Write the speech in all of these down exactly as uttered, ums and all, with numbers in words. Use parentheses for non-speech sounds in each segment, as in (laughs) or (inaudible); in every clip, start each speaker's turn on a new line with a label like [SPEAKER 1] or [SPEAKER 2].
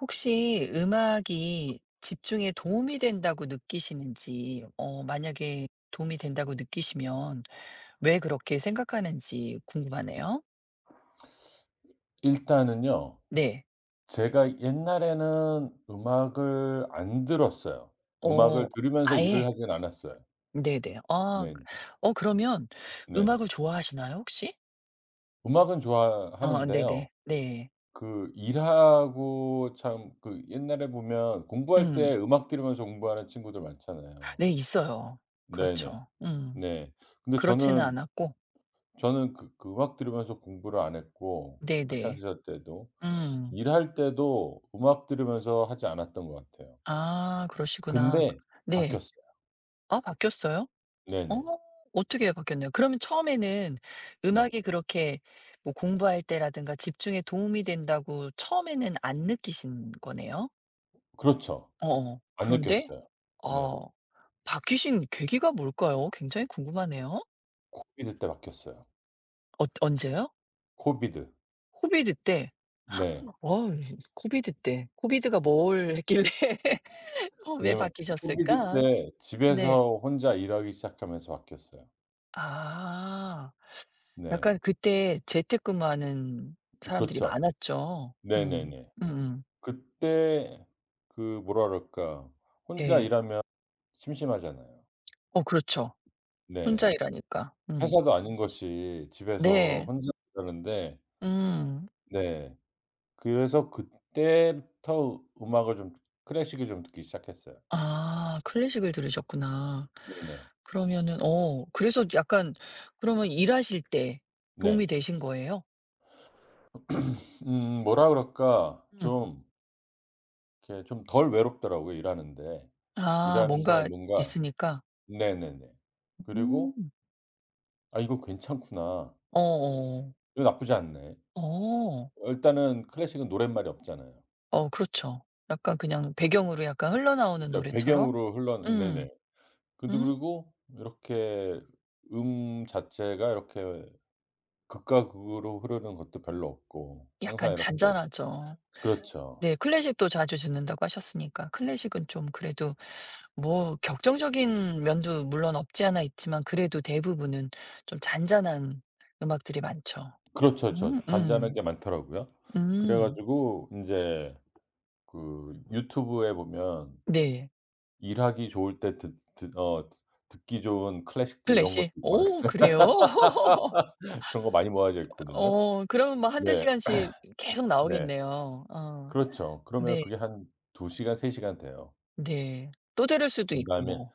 [SPEAKER 1] 혹시 음악이 집중에 도움이 된다고 느끼시는지, 어, 만약에 도움이 된다고 느끼시면 왜 그렇게 생각하는지 궁금하네요.
[SPEAKER 2] 일단은요.
[SPEAKER 1] 네.
[SPEAKER 2] 제가 옛날에는 음악을 안 들었어요. 음악을
[SPEAKER 1] 어,
[SPEAKER 2] 들으면서 일을
[SPEAKER 1] 아예.
[SPEAKER 2] 하진 않았어요.
[SPEAKER 1] 네네. 아,
[SPEAKER 2] 네.
[SPEAKER 1] 어, 그러면
[SPEAKER 2] 네.
[SPEAKER 1] 음악을 좋아하시나요, 혹시?
[SPEAKER 2] 음악은
[SPEAKER 1] 어..
[SPEAKER 2] 좋아하는데요.
[SPEAKER 1] 네네. 네.
[SPEAKER 2] 그 일하고 참 그 옛날에 보면 공부할
[SPEAKER 1] 음.
[SPEAKER 2] 때 음악 들으면서 공부하는 친구들 많잖아요.
[SPEAKER 1] 네, 있어요.
[SPEAKER 2] 네네.
[SPEAKER 1] 그렇죠.
[SPEAKER 2] 네.
[SPEAKER 1] 음.
[SPEAKER 2] 네. 근데
[SPEAKER 1] 그렇지는
[SPEAKER 2] 저는
[SPEAKER 1] 않았고.
[SPEAKER 2] 저는 그 그 음악 들으면서 공부를 안 했고 학창
[SPEAKER 1] 네네.
[SPEAKER 2] 시절 때도
[SPEAKER 1] 음.
[SPEAKER 2] 일할 때도 음악 들으면서 하지 않았던 것 같아요.
[SPEAKER 1] 아, 그러시구나.
[SPEAKER 2] 근데
[SPEAKER 1] 네.
[SPEAKER 2] 바뀌었어요.
[SPEAKER 1] 아, 바뀌었어요? 어
[SPEAKER 2] 네네.
[SPEAKER 1] 어떻게 바뀌었나요? 그러면 처음에는
[SPEAKER 2] 네.
[SPEAKER 1] 음악이 그렇게 뭐 공부할 때라든가 집중에 도움이 된다고 처음에는 안 느끼신 거네요?
[SPEAKER 2] 그렇죠.
[SPEAKER 1] 어어.
[SPEAKER 2] 안
[SPEAKER 1] 그런데
[SPEAKER 2] 느꼈어요. 네.
[SPEAKER 1] 어 바뀌신 계기가 뭘까요? 굉장히 궁금하네요.
[SPEAKER 2] 코비드 때 바뀌었어요.
[SPEAKER 1] 어 언제요?
[SPEAKER 2] 코비드.
[SPEAKER 1] 코비드 때?
[SPEAKER 2] 네.
[SPEAKER 1] 어 코비드 때. 코비드가 뭘 했길래 (laughs) 어 왜
[SPEAKER 2] 왜냐면 코비드
[SPEAKER 1] 바뀌셨을까?
[SPEAKER 2] 때
[SPEAKER 1] 네.
[SPEAKER 2] 집에서 혼자 일하기 시작하면서 바뀌었어요.
[SPEAKER 1] 아.
[SPEAKER 2] 네.
[SPEAKER 1] 약간 그때 재택근무하는 사람들이
[SPEAKER 2] 그렇죠.
[SPEAKER 1] 많았죠. 음.
[SPEAKER 2] 네네네.
[SPEAKER 1] 음음.
[SPEAKER 2] 그때 그 뭐라 그럴까. 혼자
[SPEAKER 1] 예.
[SPEAKER 2] 일하면 심심하잖아요.
[SPEAKER 1] 어 그렇죠. 혼자
[SPEAKER 2] 네.
[SPEAKER 1] 일하니까. 음.
[SPEAKER 2] 회사도 아닌 것이 집에서
[SPEAKER 1] 네.
[SPEAKER 2] 혼자 일하는데
[SPEAKER 1] 음.
[SPEAKER 2] 네. 그래서 그때부터 음악을 좀 클래식을 좀 듣기 시작했어요.
[SPEAKER 1] 아 클래식을 들으셨구나.
[SPEAKER 2] 네네.
[SPEAKER 1] 그러면은 어 그래서 약간 그러면 일하실 때
[SPEAKER 2] 네.
[SPEAKER 1] 도움이 되신 거예요?
[SPEAKER 2] 음 뭐라 그럴까?
[SPEAKER 1] 음.
[SPEAKER 2] 좀 이렇게 좀 덜 외롭더라고요 일하는데.
[SPEAKER 1] 아
[SPEAKER 2] 일하는데
[SPEAKER 1] 뭔가
[SPEAKER 2] 뭔가
[SPEAKER 1] 있으니까.
[SPEAKER 2] 네네네. 그리고
[SPEAKER 1] 음.
[SPEAKER 2] '아 이거 괜찮구나.
[SPEAKER 1] 어어. 어.
[SPEAKER 2] 이거 나쁘지 않네.'
[SPEAKER 1] 어
[SPEAKER 2] 일단은 클래식은 노랫말이 없잖아요.
[SPEAKER 1] 어, 그렇죠. 약간 그냥 배경으로 약간 흘러나오는
[SPEAKER 2] 그러니까
[SPEAKER 1] 노래처럼?
[SPEAKER 2] 배경으로 흘러 네네.
[SPEAKER 1] 음.
[SPEAKER 2] 근데
[SPEAKER 1] 음.
[SPEAKER 2] 그리고 이렇게 음 자체가 이렇게 극과 극으로 흐르는 것도 별로 없고 항상
[SPEAKER 1] 약간
[SPEAKER 2] 이렇게
[SPEAKER 1] 잔잔하죠.
[SPEAKER 2] 그렇죠.
[SPEAKER 1] 네 클래식도 자주 듣는다고 하셨으니까 클래식은 좀 그래도 뭐 격정적인 면도 물론 없지 않아 있지만 그래도 대부분은 좀 잔잔한 음악들이 많죠.
[SPEAKER 2] 그렇죠. 저
[SPEAKER 1] 음
[SPEAKER 2] 잔잔한
[SPEAKER 1] 음.
[SPEAKER 2] 게 많더라고요. 그래
[SPEAKER 1] 음.
[SPEAKER 2] 가지고 이제 그 유튜브에 보면
[SPEAKER 1] 네.
[SPEAKER 2] 일하기 좋을 때 듣 듣 어 듣 듣기 좋은 클래식들 이런 것도
[SPEAKER 1] 클래식?
[SPEAKER 2] 많이
[SPEAKER 1] 오 그래요? (laughs)
[SPEAKER 2] (laughs) 그런 거 많이 모아져 있거든요.
[SPEAKER 1] 어 그러면 뭐 한두
[SPEAKER 2] 네.
[SPEAKER 1] 시간씩 계속
[SPEAKER 2] 네.
[SPEAKER 1] 나오겠네요. 어.
[SPEAKER 2] 그렇죠. 그러면
[SPEAKER 1] 네.
[SPEAKER 2] 그게 한 두 시간 세 시간 돼요.
[SPEAKER 1] 네. 또 들을 수도 있고
[SPEAKER 2] 그다음에
[SPEAKER 1] 뭐.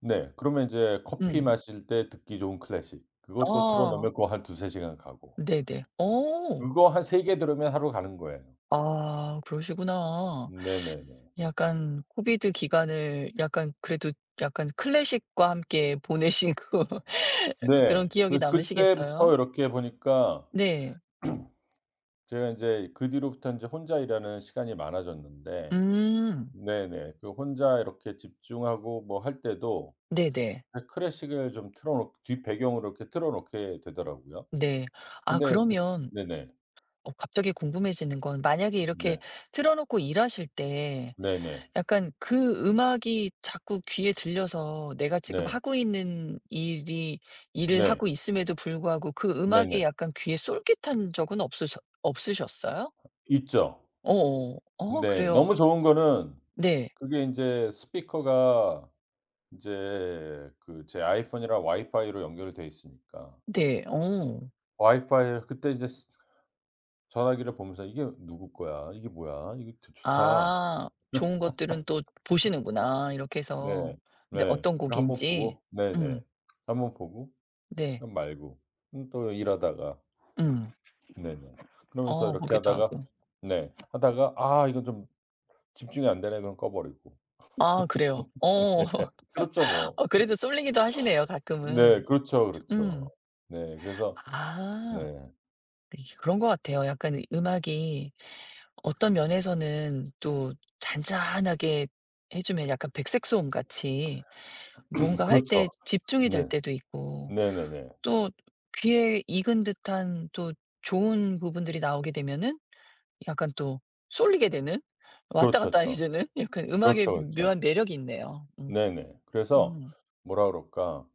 [SPEAKER 2] 네. 그러면 이제 커피
[SPEAKER 1] 음.
[SPEAKER 2] 마실 때 듣기 좋은 클래식 그것도 틀어
[SPEAKER 1] 아.
[SPEAKER 2] 놓으면 그거 한 두세 시간 가고
[SPEAKER 1] 네네. 어.
[SPEAKER 2] 그거 한 세 개 들으면 하루 가는 거예요.
[SPEAKER 1] 아 그러시구나.
[SPEAKER 2] 네네네.
[SPEAKER 1] 약간 코비드 기간을 약간 그래도 약간 클래식과 함께 보내시고 (laughs) 약간
[SPEAKER 2] 네.
[SPEAKER 1] 그런 기억이
[SPEAKER 2] 그래서
[SPEAKER 1] 남으시겠어요?
[SPEAKER 2] 그때부터 이렇게 보니까
[SPEAKER 1] 네.
[SPEAKER 2] 제가 이제 그 뒤로부터 이제 혼자 일하는 시간이 많아졌는데
[SPEAKER 1] 음.
[SPEAKER 2] 네네. 그 혼자 이렇게 집중하고 뭐 할 때도
[SPEAKER 1] 네네.
[SPEAKER 2] 그 클래식을 좀 틀어 놓 뒷 배경으로 이렇게 틀어 놓게 되더라고요.
[SPEAKER 1] 네. 아
[SPEAKER 2] 근데 사실
[SPEAKER 1] 그러면
[SPEAKER 2] 네네.
[SPEAKER 1] 어 갑자기 궁금해지는 건 만약에 이렇게
[SPEAKER 2] 네.
[SPEAKER 1] 틀어 놓고 일하실 때
[SPEAKER 2] 네네.
[SPEAKER 1] 약간 그 음악이 자꾸 귀에 들려서 내가 지금
[SPEAKER 2] 네.
[SPEAKER 1] 하고 있는 일이 일을
[SPEAKER 2] 네.
[SPEAKER 1] 하고 있음에도 불구하고 그
[SPEAKER 2] 네네.
[SPEAKER 1] 음악이 약간 귀에 솔깃한 적은 없으셨 없으셨어요?
[SPEAKER 2] 있죠.
[SPEAKER 1] 어어 어,
[SPEAKER 2] 근데
[SPEAKER 1] 그래요?
[SPEAKER 2] 너무 좋은 거는
[SPEAKER 1] 네.
[SPEAKER 2] 그게 인제 스피커가 인제 그 제 아이폰이랑 와이파이로 연결돼 있으니까
[SPEAKER 1] 네. 어.
[SPEAKER 2] 와이파이를 그때 이제 스 전화기를 보면서 '이게 누구 거야? 이게 뭐야? 이거 되 좋다.'
[SPEAKER 1] 아 좋은 것들은 또 보시는구나 이렇게
[SPEAKER 2] 네.
[SPEAKER 1] 해서. 근데
[SPEAKER 2] 네.
[SPEAKER 1] 어떤
[SPEAKER 2] 한번
[SPEAKER 1] 곡인지.
[SPEAKER 2] 보고 네네.
[SPEAKER 1] 음.
[SPEAKER 2] 한번 보고
[SPEAKER 1] 네.
[SPEAKER 2] 또 말고 음 또 일하다가
[SPEAKER 1] 음.
[SPEAKER 2] 네네. 그러면서
[SPEAKER 1] 어
[SPEAKER 2] 이렇게
[SPEAKER 1] 보기도
[SPEAKER 2] 하다가
[SPEAKER 1] 하고.
[SPEAKER 2] 네 하다가 '아 이건 좀 집중이 안 되네.' 그럼 꺼 버리고.
[SPEAKER 1] 아 그래요? 어.
[SPEAKER 2] 네. (laughs)
[SPEAKER 1] (laughs)
[SPEAKER 2] 그렇죠 뭐.
[SPEAKER 1] 어 그래도 쏠리기도 하시네요
[SPEAKER 2] 네.
[SPEAKER 1] 가끔은.
[SPEAKER 2] 그렇죠, 그렇죠.
[SPEAKER 1] 음.
[SPEAKER 2] 네. 그래서
[SPEAKER 1] 아.
[SPEAKER 2] 네.
[SPEAKER 1] 이게 그런 것 같아요. 약간 이 음악이 어떤 면에서는 또 잔잔하게 해 주면 약간 백색소음 같이 뭔가 할 때
[SPEAKER 2] 그렇죠.
[SPEAKER 1] 집중이 될
[SPEAKER 2] 네.
[SPEAKER 1] 때도 있고
[SPEAKER 2] 네네네.
[SPEAKER 1] 또 귀에 익은 듯한 또 좋은 부분들이 나오게 되면은 약간 또 쏠리게 되는 왔다
[SPEAKER 2] 그렇죠,
[SPEAKER 1] 갔다 (laughs) 해
[SPEAKER 2] 그렇죠.
[SPEAKER 1] 주는 약간 음악의
[SPEAKER 2] 그렇죠, 그렇죠.
[SPEAKER 1] 묘한 매력이 있네요. 음.
[SPEAKER 2] 네네. 그래서
[SPEAKER 1] 음.
[SPEAKER 2] 뭐라 그럴까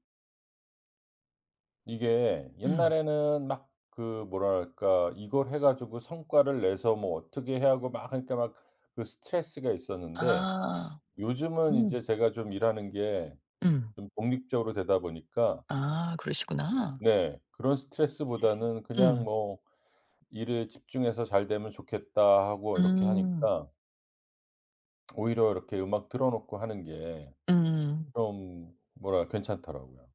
[SPEAKER 2] 이게
[SPEAKER 1] 음.
[SPEAKER 2] 옛날에는 막 그 뭐랄까 이걸 해 가지고 성과를 내서 뭐 어떻게 해야 하고 막 하니까 막 그 스트레스가 있었는데
[SPEAKER 1] 아.
[SPEAKER 2] 요즘은 인제
[SPEAKER 1] 음.
[SPEAKER 2] 제가 좀 일하는 게
[SPEAKER 1] 음.
[SPEAKER 2] 좀 독립적으로 되다 보니까
[SPEAKER 1] 아 그러시구나.
[SPEAKER 2] 네 그런 스트레스보다는 그냥
[SPEAKER 1] 음.
[SPEAKER 2] 뭐 '일에 집중해서 잘 되면 좋겠다.' 하고 이렇게
[SPEAKER 1] 음.
[SPEAKER 2] 하니까 오히려 이렇게 음악 틀어 놓고 하는 게
[SPEAKER 1] 음.
[SPEAKER 2] 좀 뭐랄까 괜찮더라고요.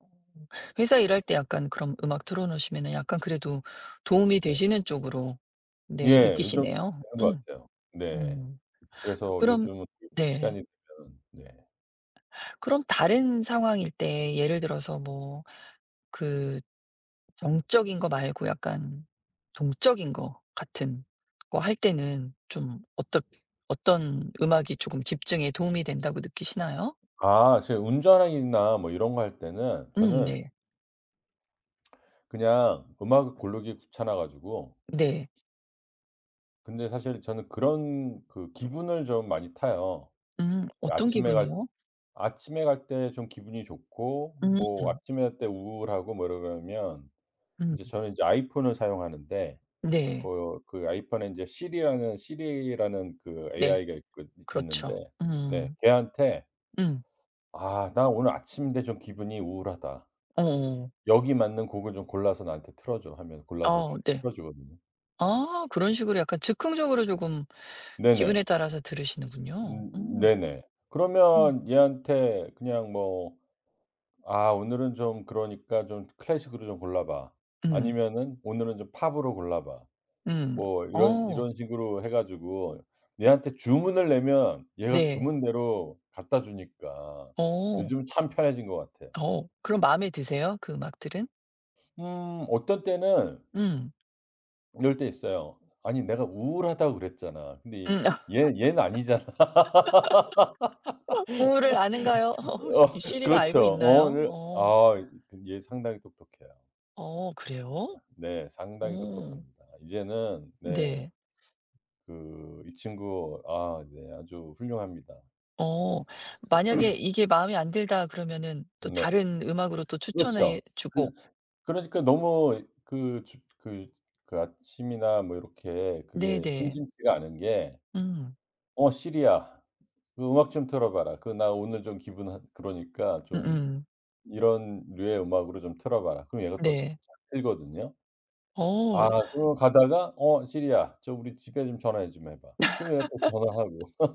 [SPEAKER 1] 회사 일할 때 약간 그럼 음악 틀어 놓으시면은 약간 그래도 도움이
[SPEAKER 2] 네.
[SPEAKER 1] 되시는 쪽으로 네
[SPEAKER 2] 예. 요즘
[SPEAKER 1] 느끼시네요.
[SPEAKER 2] 되는 것
[SPEAKER 1] 음.
[SPEAKER 2] 같아요. 네.
[SPEAKER 1] 음.
[SPEAKER 2] 그래서
[SPEAKER 1] 그럼
[SPEAKER 2] 요즘은 오히려
[SPEAKER 1] 네.
[SPEAKER 2] 시간이 되면 네.
[SPEAKER 1] 그럼 다른 상황일 때 예를 들어서 뭐 그 정적인 거 말고 약간 동적인 거 같은 거 할 때는 좀 어떻 어떤 음악이 조금 집중에 도움이 된다고 느끼시나요?
[SPEAKER 2] 아 제가 운전이나 뭐 이런 거 할 때는
[SPEAKER 1] 음
[SPEAKER 2] 저는
[SPEAKER 1] 네.
[SPEAKER 2] 그냥 음악을 고르기 귀찮아 가지고
[SPEAKER 1] 네.
[SPEAKER 2] 근데 사실 저는 그런 그 기분을 좀 많이 타요.
[SPEAKER 1] 음 어떤
[SPEAKER 2] 아침에 갈
[SPEAKER 1] 기분이요?
[SPEAKER 2] 아침에 갈 때 좀 기분이 좋고
[SPEAKER 1] 음
[SPEAKER 2] 뭐 아침에 갈 때 우울하고 뭐 이러면
[SPEAKER 1] 음.
[SPEAKER 2] 이제 저는 이제 아이폰을 사용하는데
[SPEAKER 1] 네.
[SPEAKER 2] 그 그 아이폰에 인제 시리라는 시리라는 그
[SPEAKER 1] 네.
[SPEAKER 2] 에이아이가 있거
[SPEAKER 1] 그렇죠.
[SPEAKER 2] 있는데 네
[SPEAKER 1] 음.
[SPEAKER 2] 걔한테
[SPEAKER 1] 음.
[SPEAKER 2] 아 "나 오늘 아침인데 좀 기분이 우울하다.
[SPEAKER 1] 어어.
[SPEAKER 2] 여기 맞는 곡을 좀 골라서 나한테 틀어 줘." 하면
[SPEAKER 1] 어
[SPEAKER 2] 골라서
[SPEAKER 1] 어,
[SPEAKER 2] 주
[SPEAKER 1] 네.
[SPEAKER 2] 틀어 주거든요.
[SPEAKER 1] 아 그런 식으로 약간 즉흥적으로 조금 기분에
[SPEAKER 2] 네네.
[SPEAKER 1] 따라서 들으시는군요.
[SPEAKER 2] 음
[SPEAKER 1] 음.
[SPEAKER 2] 네네.
[SPEAKER 1] 음.
[SPEAKER 2] 그러면 얘한테 그냥 뭐 "아 오늘은 좀 그러니까 좀 클래식으로 좀 골라 봐."
[SPEAKER 1] 음.
[SPEAKER 2] 아니면은 "오늘은 좀 팝으로 골라 봐."
[SPEAKER 1] 음.
[SPEAKER 2] 뭐 이런
[SPEAKER 1] 어.
[SPEAKER 2] 이런 식으로 해 가지고 얘한테 주문을 내면 얘가
[SPEAKER 1] 네.
[SPEAKER 2] 주문대로 갖다 주니까
[SPEAKER 1] 어.
[SPEAKER 2] 요즘 참 편해진 것 같아요.
[SPEAKER 1] 어 그럼 마음에 드세요? 그 음악들은?
[SPEAKER 2] 음 어떤 때는
[SPEAKER 1] 음.
[SPEAKER 2] 이럴 때 있어요. "아니 내가 우울하다고 그랬잖아." 근데
[SPEAKER 1] 음.
[SPEAKER 2] 얘
[SPEAKER 1] (laughs)
[SPEAKER 2] 얘는 아니잖아. (laughs)
[SPEAKER 1] 우를 아는가요? (laughs)
[SPEAKER 2] 어
[SPEAKER 1] 시리가
[SPEAKER 2] 그렇죠.
[SPEAKER 1] 알고
[SPEAKER 2] 어
[SPEAKER 1] 있나요?
[SPEAKER 2] 네.
[SPEAKER 1] 어.
[SPEAKER 2] 아 얘 상당히 똑똑해요.
[SPEAKER 1] 어 그래요?
[SPEAKER 2] 네 상당히
[SPEAKER 1] 어.
[SPEAKER 2] 똑똑합니다. 이제는 네
[SPEAKER 1] 네.
[SPEAKER 2] 그 이 친구 아 네 아주 훌륭합니다.
[SPEAKER 1] 어. 만약에 이게 마음에 안 들다 그러면은 또
[SPEAKER 2] 네.
[SPEAKER 1] 다른 음악으로 또
[SPEAKER 2] 그렇죠.
[SPEAKER 1] 추천해
[SPEAKER 2] 그
[SPEAKER 1] 주고.
[SPEAKER 2] 그러니까 너무 그 주 그 그 아침이나 뭐 이렇게 그게
[SPEAKER 1] 네네.
[SPEAKER 2] 심심치가 않은 게
[SPEAKER 1] 음.
[SPEAKER 2] "어 시리야 그 음악 좀 틀어 봐라. 그 나 오늘 좀 기분 하" 그러니까 좀
[SPEAKER 1] 음음.
[SPEAKER 2] 이런 류의 음악으로 좀 틀어 봐라. 그럼 얘가 또
[SPEAKER 1] 네.
[SPEAKER 2] 잘 틀거든요.
[SPEAKER 1] 어
[SPEAKER 2] 아 그러고 가다가 "어 시리야 저 우리 집에 좀 전화 좀 해 봐." 그럼 얘가 또 전화하고.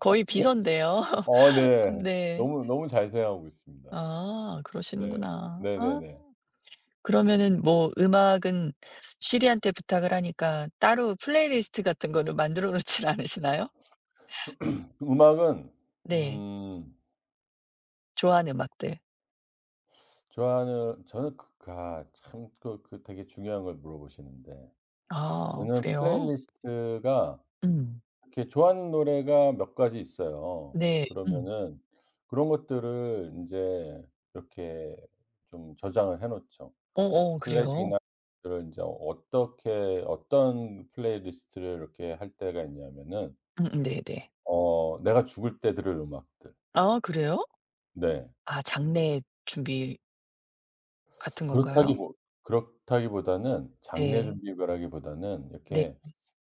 [SPEAKER 1] 거의 비인데요
[SPEAKER 2] (laughs) 어
[SPEAKER 1] (laughs)
[SPEAKER 2] 네.
[SPEAKER 1] 네.
[SPEAKER 2] 너무 너무 잘 사용하고 있습니다.
[SPEAKER 1] 아
[SPEAKER 2] 네.
[SPEAKER 1] 그러시는구나. 아.
[SPEAKER 2] 네네네.
[SPEAKER 1] 그러면은 뭐 음악은 시리한테 부탁을 하니까 따로 플레이리스트 같은 거를 만들어 놓진 않으시나요?
[SPEAKER 2] 음악은
[SPEAKER 1] 네.
[SPEAKER 2] 음
[SPEAKER 1] 좋아하는 음악들.
[SPEAKER 2] 좋아하는 저는 그 그, 아참 그 그 되게 중요한 걸 물어보시는데
[SPEAKER 1] 아
[SPEAKER 2] 저는
[SPEAKER 1] 그래요?
[SPEAKER 2] 플레이리스트가
[SPEAKER 1] 음.
[SPEAKER 2] 이렇게 좋아하는 노래가 몇 가지 있어요.
[SPEAKER 1] 네. 음.
[SPEAKER 2] 그러면은 그런 것들을 인제 이렇게 좀 저장을 해 놓죠.
[SPEAKER 1] 어어 그래요?
[SPEAKER 2] 클래식이나 그런 인제 어떻게 어떤 플레이리스트를 이렇게 할 때가 있냐면은
[SPEAKER 1] 음음 네네.
[SPEAKER 2] 어 내가 죽을 때 들을 음악들.
[SPEAKER 1] 아 그래요?
[SPEAKER 2] 네.
[SPEAKER 1] 아 장례 준비 같은 건가요?
[SPEAKER 2] 그렇다기보 그렇다기보다는 장례
[SPEAKER 1] 네.
[SPEAKER 2] 준비라기보다는
[SPEAKER 1] 네.
[SPEAKER 2] 이렇게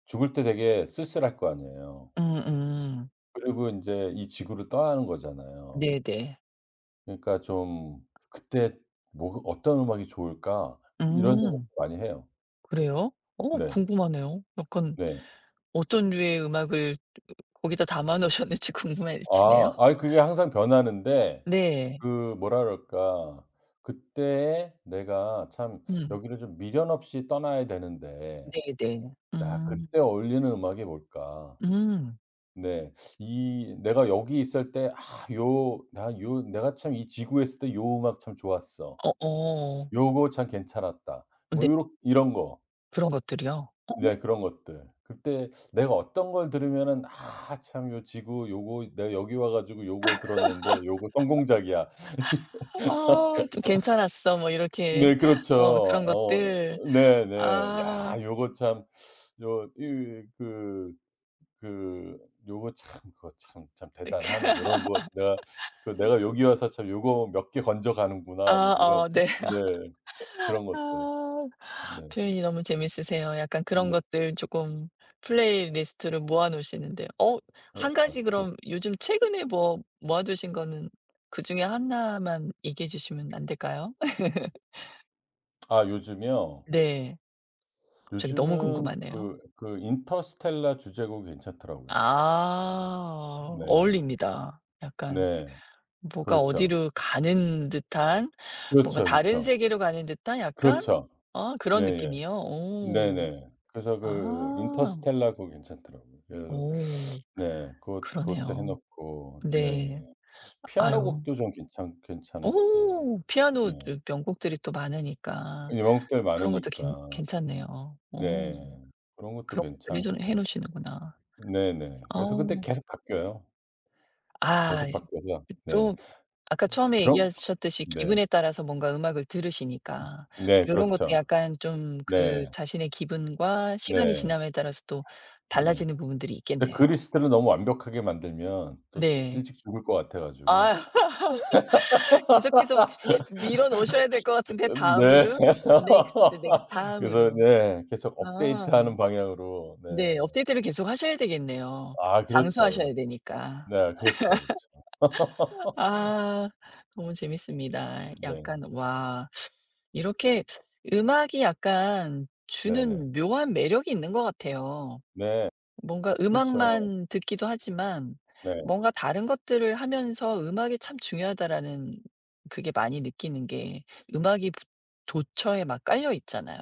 [SPEAKER 2] 죽을 때 되게 쓸쓸할 거 아니에요.
[SPEAKER 1] 음음.
[SPEAKER 2] 그리고 인제 이 지구를 떠나는 거잖아요.
[SPEAKER 1] 네네.
[SPEAKER 2] 그러니까 좀 '그때 뭐 어떤 음악이 좋을까?' 이런 생각도
[SPEAKER 1] 음.
[SPEAKER 2] 많이 해요.
[SPEAKER 1] 그래요? 어
[SPEAKER 2] 네.
[SPEAKER 1] 궁금하네요. 약간
[SPEAKER 2] 네.
[SPEAKER 1] 어떤 류의 음악을 거기다 담아 놓으셨는지 (laughs) 궁금해지네요.
[SPEAKER 2] 아 아이 그게 항상 변하는데
[SPEAKER 1] 네.
[SPEAKER 2] 그 뭐라 그럴까. 그때에 내가 참
[SPEAKER 1] 음.
[SPEAKER 2] '여기를 좀 미련 없이 떠나야 되는데
[SPEAKER 1] 네네.
[SPEAKER 2] 나
[SPEAKER 1] 음.
[SPEAKER 2] 그때 어울리는 음악이 뭘까?'
[SPEAKER 1] 음.
[SPEAKER 2] 네. 이 내가 여기 있을 때 '아 요 나 요 내가 참 이 지구에 있을 때 요 음악 참 좋았어.
[SPEAKER 1] 어어.
[SPEAKER 2] 요거 참 괜찮았다.' 뭐
[SPEAKER 1] 네.
[SPEAKER 2] 요렇 이런 거.
[SPEAKER 1] 그런 것들이요?
[SPEAKER 2] 네 그런 것들. 그때 내가 어떤 걸 들으면은 '아 참 요 지구 요거 내가 여기 와 가지고 요거 들었는데 요거 성공작이야.'
[SPEAKER 1] 어 "아 좀 괜찮았어." 뭐 이렇게
[SPEAKER 2] 네
[SPEAKER 1] (laughs)
[SPEAKER 2] 그렇죠.
[SPEAKER 1] 어 그런
[SPEAKER 2] 어
[SPEAKER 1] 것들.
[SPEAKER 2] 네네.
[SPEAKER 1] 아.
[SPEAKER 2] 야 요거 참 요 이 그 그 요거 참 그거 참, 참
[SPEAKER 1] 이렇게
[SPEAKER 2] 대단하네.
[SPEAKER 1] (laughs)
[SPEAKER 2] 요런 거 내가 그 '내가 여기 와서 참 요거 몇 개 건져
[SPEAKER 1] 아
[SPEAKER 2] 가는구나.' 뭐 이런
[SPEAKER 1] 어 네.
[SPEAKER 2] 네 그런 것들.
[SPEAKER 1] 아
[SPEAKER 2] 네.
[SPEAKER 1] 표현이 너무 재밌으세요. 약간 그런
[SPEAKER 2] 네.
[SPEAKER 1] 것들 조금 플레이리스트를 모아 놓으시는데 어
[SPEAKER 2] 어
[SPEAKER 1] 한
[SPEAKER 2] 아
[SPEAKER 1] 가지
[SPEAKER 2] 그
[SPEAKER 1] 그럼 요즘 최근에 뭐 모아 두신 거는 그중에 하나만 얘기해 주시면 안 될까요? (laughs)
[SPEAKER 2] 아 요즘요?
[SPEAKER 1] 네. 갑자기 너무
[SPEAKER 2] 요즘은
[SPEAKER 1] 궁금하네요.
[SPEAKER 2] 그 그 인터스텔라 주제곡 괜찮더라고요.
[SPEAKER 1] 아.
[SPEAKER 2] 네.
[SPEAKER 1] 어울립니다. 약간
[SPEAKER 2] 네.
[SPEAKER 1] 뭐가
[SPEAKER 2] 그렇죠.
[SPEAKER 1] 어디로 가는 듯한 뭔가
[SPEAKER 2] 그렇죠,
[SPEAKER 1] 다른
[SPEAKER 2] 그렇죠.
[SPEAKER 1] 세계로 가는 듯한 약간
[SPEAKER 2] 그렇죠.
[SPEAKER 1] 어 그런
[SPEAKER 2] 예예.
[SPEAKER 1] 느낌이요? 오.
[SPEAKER 2] 네네. 그래서 그
[SPEAKER 1] 아.
[SPEAKER 2] 인터스텔라 그거 괜찮더라고요. 그래서
[SPEAKER 1] 오.
[SPEAKER 2] 네. 그것 그것도 해
[SPEAKER 1] 그러네요.
[SPEAKER 2] 놓고
[SPEAKER 1] 네.
[SPEAKER 2] 네예. 피아노
[SPEAKER 1] 아유.
[SPEAKER 2] 곡도 좀 괜찮 괜찮고.
[SPEAKER 1] 오.
[SPEAKER 2] 네.
[SPEAKER 1] 피아노 명곡들이 또 많으니까
[SPEAKER 2] 명곡들
[SPEAKER 1] 그런 것도 괜
[SPEAKER 2] 많으니까.
[SPEAKER 1] 괜찮네요. 오
[SPEAKER 2] 네. 그런 것도
[SPEAKER 1] 그런 것들 해해
[SPEAKER 2] 괜찮고.
[SPEAKER 1] 놓으시는구나.
[SPEAKER 2] 네네. 그래서 근데
[SPEAKER 1] 어.
[SPEAKER 2] 계속 바뀌어요.
[SPEAKER 1] 아
[SPEAKER 2] 계속 바뀌어서 네.
[SPEAKER 1] 또 아까 처음에
[SPEAKER 2] 그럼
[SPEAKER 1] 얘기하셨듯이
[SPEAKER 2] 네.
[SPEAKER 1] 기분에 따라서 뭔가 음악을 들으시니까
[SPEAKER 2] 네
[SPEAKER 1] 요런 것도
[SPEAKER 2] 그렇죠.
[SPEAKER 1] 약간 좀 그
[SPEAKER 2] 네.
[SPEAKER 1] 자신의 기분과 시간이
[SPEAKER 2] 네.
[SPEAKER 1] 지남에 따라서 또
[SPEAKER 2] 네.
[SPEAKER 1] 달라지는 부분들이
[SPEAKER 2] 근데
[SPEAKER 1] 있겠네요.
[SPEAKER 2] 그 리스트를 너무 완벽하게 만들면 또
[SPEAKER 1] 네.
[SPEAKER 2] 일찍 죽을 것 같아 가지고.
[SPEAKER 1] 아 (laughs)
[SPEAKER 2] 음
[SPEAKER 1] 계속, 계속
[SPEAKER 2] (laughs)
[SPEAKER 1] 밀어 넣으셔야 될 것 같은데
[SPEAKER 2] 네.
[SPEAKER 1] 다음으로. 어 넥스트, 넥스트
[SPEAKER 2] 그래서
[SPEAKER 1] 다음으로.
[SPEAKER 2] 네 계속
[SPEAKER 1] 아.
[SPEAKER 2] 업데이트하는 방향으로 네.
[SPEAKER 1] 네. 업데이트를 계속 하셔야 되겠네요.
[SPEAKER 2] 아 그렇죠. 그렇
[SPEAKER 1] 장수하셔야 되니까.
[SPEAKER 2] 네 그렇죠, 그렇죠. (laughs)
[SPEAKER 1] 아 너무 재밌습니다.
[SPEAKER 2] 네.
[SPEAKER 1] 약간 와. 이렇게 음악이 약간
[SPEAKER 2] 네네. 네.
[SPEAKER 1] 주는 묘한 매력이 있는 것 같아요.
[SPEAKER 2] 네,
[SPEAKER 1] 뭔가
[SPEAKER 2] 그렇죠.
[SPEAKER 1] 음악만 듣기도 하지만
[SPEAKER 2] 네.
[SPEAKER 1] 뭔가 다른 것들을 하면서 '음악이 참 중요하다.'라는 그게 많이 느끼는 게 음악이 부 도처에 막 깔려 있잖아요.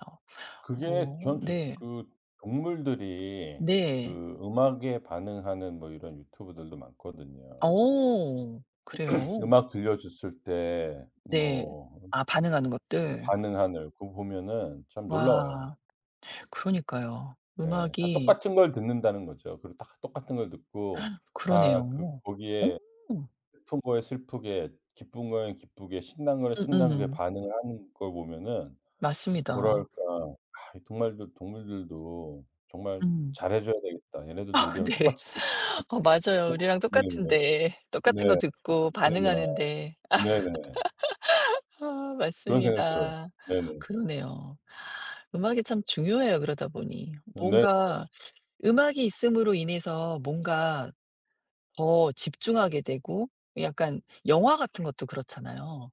[SPEAKER 2] 그게
[SPEAKER 1] 뭐
[SPEAKER 2] 전 저
[SPEAKER 1] 네.
[SPEAKER 2] 그 동물들이
[SPEAKER 1] 네.
[SPEAKER 2] 그 음악에 반응하는 뭐 이런 유튜브들도 많거든요.
[SPEAKER 1] 오, 그래요?
[SPEAKER 2] 음악 들려줬을 때
[SPEAKER 1] 네.
[SPEAKER 2] 뭐
[SPEAKER 1] 아 반응하는 것들.
[SPEAKER 2] 반응하는 그거 보면은 참 놀라워요.
[SPEAKER 1] 와 그러니까요.
[SPEAKER 2] 네. 다
[SPEAKER 1] 음악이
[SPEAKER 2] 똑같은 걸 듣는다는 거죠. 그리고 다 똑같은 걸 듣고
[SPEAKER 1] 그러네요.
[SPEAKER 2] 다 그
[SPEAKER 1] 오,
[SPEAKER 2] 거기에 슬픈 거에 슬프게 기쁜 거엔 기쁘게 신난 거에 신난 거에
[SPEAKER 1] 음음.
[SPEAKER 2] 반응을 하는 걸 보면은 뭐랄까
[SPEAKER 1] 맞습니다.
[SPEAKER 2] '아 이 동말들 동물들도 정말
[SPEAKER 1] 음.
[SPEAKER 2] 잘해 줘야 되겠다. 얘네들도
[SPEAKER 1] (laughs)
[SPEAKER 2] 우리랑
[SPEAKER 1] 네.
[SPEAKER 2] 똑같이 (unintelligible)
[SPEAKER 1] 어 맞아요.
[SPEAKER 2] 똑같'
[SPEAKER 1] 우리랑
[SPEAKER 2] 네네.
[SPEAKER 1] 똑같은데 똑같은 거
[SPEAKER 2] 네.
[SPEAKER 1] 듣고
[SPEAKER 2] 느끼는구나.
[SPEAKER 1] 반응하는데.
[SPEAKER 2] 네네.
[SPEAKER 1] 아
[SPEAKER 2] 그런 생각이 들어요.
[SPEAKER 1] 맞습니다.
[SPEAKER 2] 네네.
[SPEAKER 1] 그러네요. 음악이 참 중요해요 그러다 보니.
[SPEAKER 2] 네. 네.
[SPEAKER 1] 뭔가 음악이 있음으로 인해서 뭔가 더 집중하게 되고 약간 영화 같은 것도 그렇잖아요.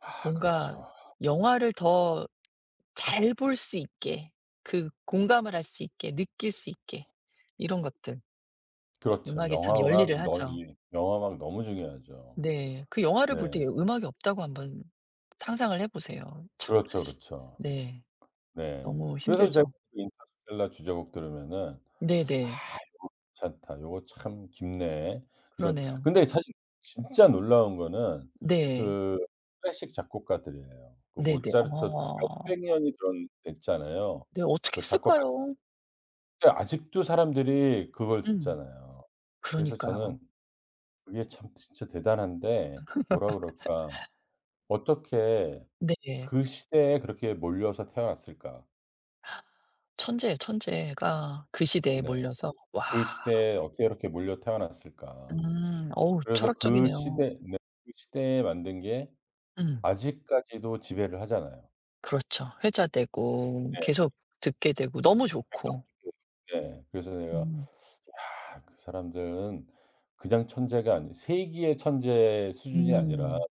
[SPEAKER 2] 아
[SPEAKER 1] 뭔가
[SPEAKER 2] 그렇죠.
[SPEAKER 1] 영화를 더 잘 볼 수 있게 그 공감을 할 수 있게 느낄 수 있게 이런 것들.
[SPEAKER 2] 그렇죠.
[SPEAKER 1] 음악에 참
[SPEAKER 2] 영화
[SPEAKER 1] 열일을
[SPEAKER 2] 음악 너
[SPEAKER 1] 하죠.
[SPEAKER 2] 이 영화 음악 너무 중요하죠.
[SPEAKER 1] 네. 그 영화를 볼
[SPEAKER 2] 네.
[SPEAKER 1] 때 음악이 없다고 한번 상상을 해 보세요. 참
[SPEAKER 2] 그렇죠, 그렇죠.
[SPEAKER 1] 네.
[SPEAKER 2] 네.
[SPEAKER 1] 너무
[SPEAKER 2] 그래서 제가
[SPEAKER 1] 힘들죠.
[SPEAKER 2] 그 인터스텔라 주제곡 들으면은 '아
[SPEAKER 1] 네네.
[SPEAKER 2] 괜찮다. 요거 참 깊네.' 이런
[SPEAKER 1] 그러네요.
[SPEAKER 2] 근데 사실 진짜 놀라운 거는
[SPEAKER 1] 네.
[SPEAKER 2] 그 클래식 작곡가들이에요. 그
[SPEAKER 1] 네네.
[SPEAKER 2] 모차르트
[SPEAKER 1] 어.
[SPEAKER 2] 몇백 년이 들었 됐잖아요.
[SPEAKER 1] 네 어떻게
[SPEAKER 2] 그 작곡할
[SPEAKER 1] 했을까요?
[SPEAKER 2] 때 아직도 사람들이 그걸
[SPEAKER 1] 음.
[SPEAKER 2] 듣잖아요. 그래서 저는
[SPEAKER 1] 그러니까요.
[SPEAKER 2] 그게 참 진짜 대단한데 뭐라 그럴까 어떻게
[SPEAKER 1] 네.
[SPEAKER 2] 그 시대에 그렇게 몰려서 태어났을까?
[SPEAKER 1] 천재, 천재가 그 시대에
[SPEAKER 2] 네.
[SPEAKER 1] 몰려서 와.
[SPEAKER 2] 그 시대에 어떻게 이렇게 몰려 태어났을까?
[SPEAKER 1] 음. 어우
[SPEAKER 2] 그래서 그
[SPEAKER 1] 철학적이네요.
[SPEAKER 2] 시대 네 그 시대에 만든 게
[SPEAKER 1] 음.
[SPEAKER 2] 아직까지도 지배를 하잖아요.
[SPEAKER 1] 그렇죠. 회자되고
[SPEAKER 2] 네.
[SPEAKER 1] 계속 듣게 되고 너무 좋고.
[SPEAKER 2] 그 네. 그래서 내가
[SPEAKER 1] 음.
[SPEAKER 2] '야 그 사람들은 그냥 천재가 아니 세기의 천재 수준이 아니라
[SPEAKER 1] 음.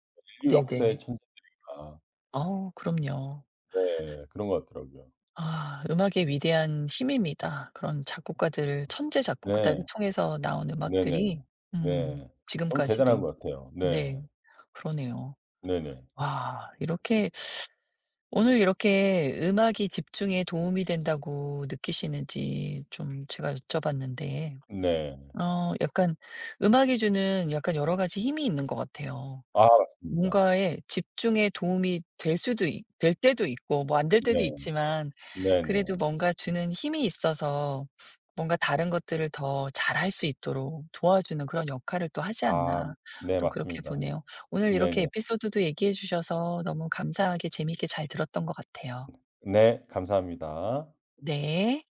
[SPEAKER 2] 인류 역사의
[SPEAKER 1] 네네.
[SPEAKER 2] 천재다.'
[SPEAKER 1] 어 그럼요.
[SPEAKER 2] 네. 그런 것 같더라고요.
[SPEAKER 1] 아 음악의 위대한 힘입니다. 그런 작곡가들 천재 작곡가들을
[SPEAKER 2] 네.
[SPEAKER 1] 통해서 나온
[SPEAKER 2] 네네.
[SPEAKER 1] 음악들이
[SPEAKER 2] 네.
[SPEAKER 1] 음
[SPEAKER 2] 네. 너무 대단한
[SPEAKER 1] 지금까지도
[SPEAKER 2] 것 같아요.
[SPEAKER 1] 네
[SPEAKER 2] 네.
[SPEAKER 1] 그러네요.
[SPEAKER 2] 네네.
[SPEAKER 1] 와 이렇게 오늘 이렇게 음악이 집중에 도움이 된다고 느끼시는지 좀 제가 여쭤봤는데
[SPEAKER 2] 네. 네.
[SPEAKER 1] 어 약간 음악이 주는 약간 여러 가지 힘이 있는 것 같아요.
[SPEAKER 2] 아 맞습니다.
[SPEAKER 1] 뭔가에 집중에 도움이 될 수도 있 될 때도 있고 뭐 안 될 때도
[SPEAKER 2] 네.
[SPEAKER 1] 있지만
[SPEAKER 2] 네네.
[SPEAKER 1] 그래도 뭔가 주는 힘이 있어서 뭔가 다른 것들을 더 잘할 수 있도록 도와주는 그런 역할을 또 하지
[SPEAKER 2] 아
[SPEAKER 1] 않나
[SPEAKER 2] 네
[SPEAKER 1] 또 그렇게
[SPEAKER 2] 맞습니다.
[SPEAKER 1] 보네요. 오늘 이렇게
[SPEAKER 2] 네네.
[SPEAKER 1] 에피소드도 얘기해 주셔서 너무 감사하게 재미있게 잘 들었던 것 같아요.
[SPEAKER 2] 네 감사합니다.
[SPEAKER 1] 네.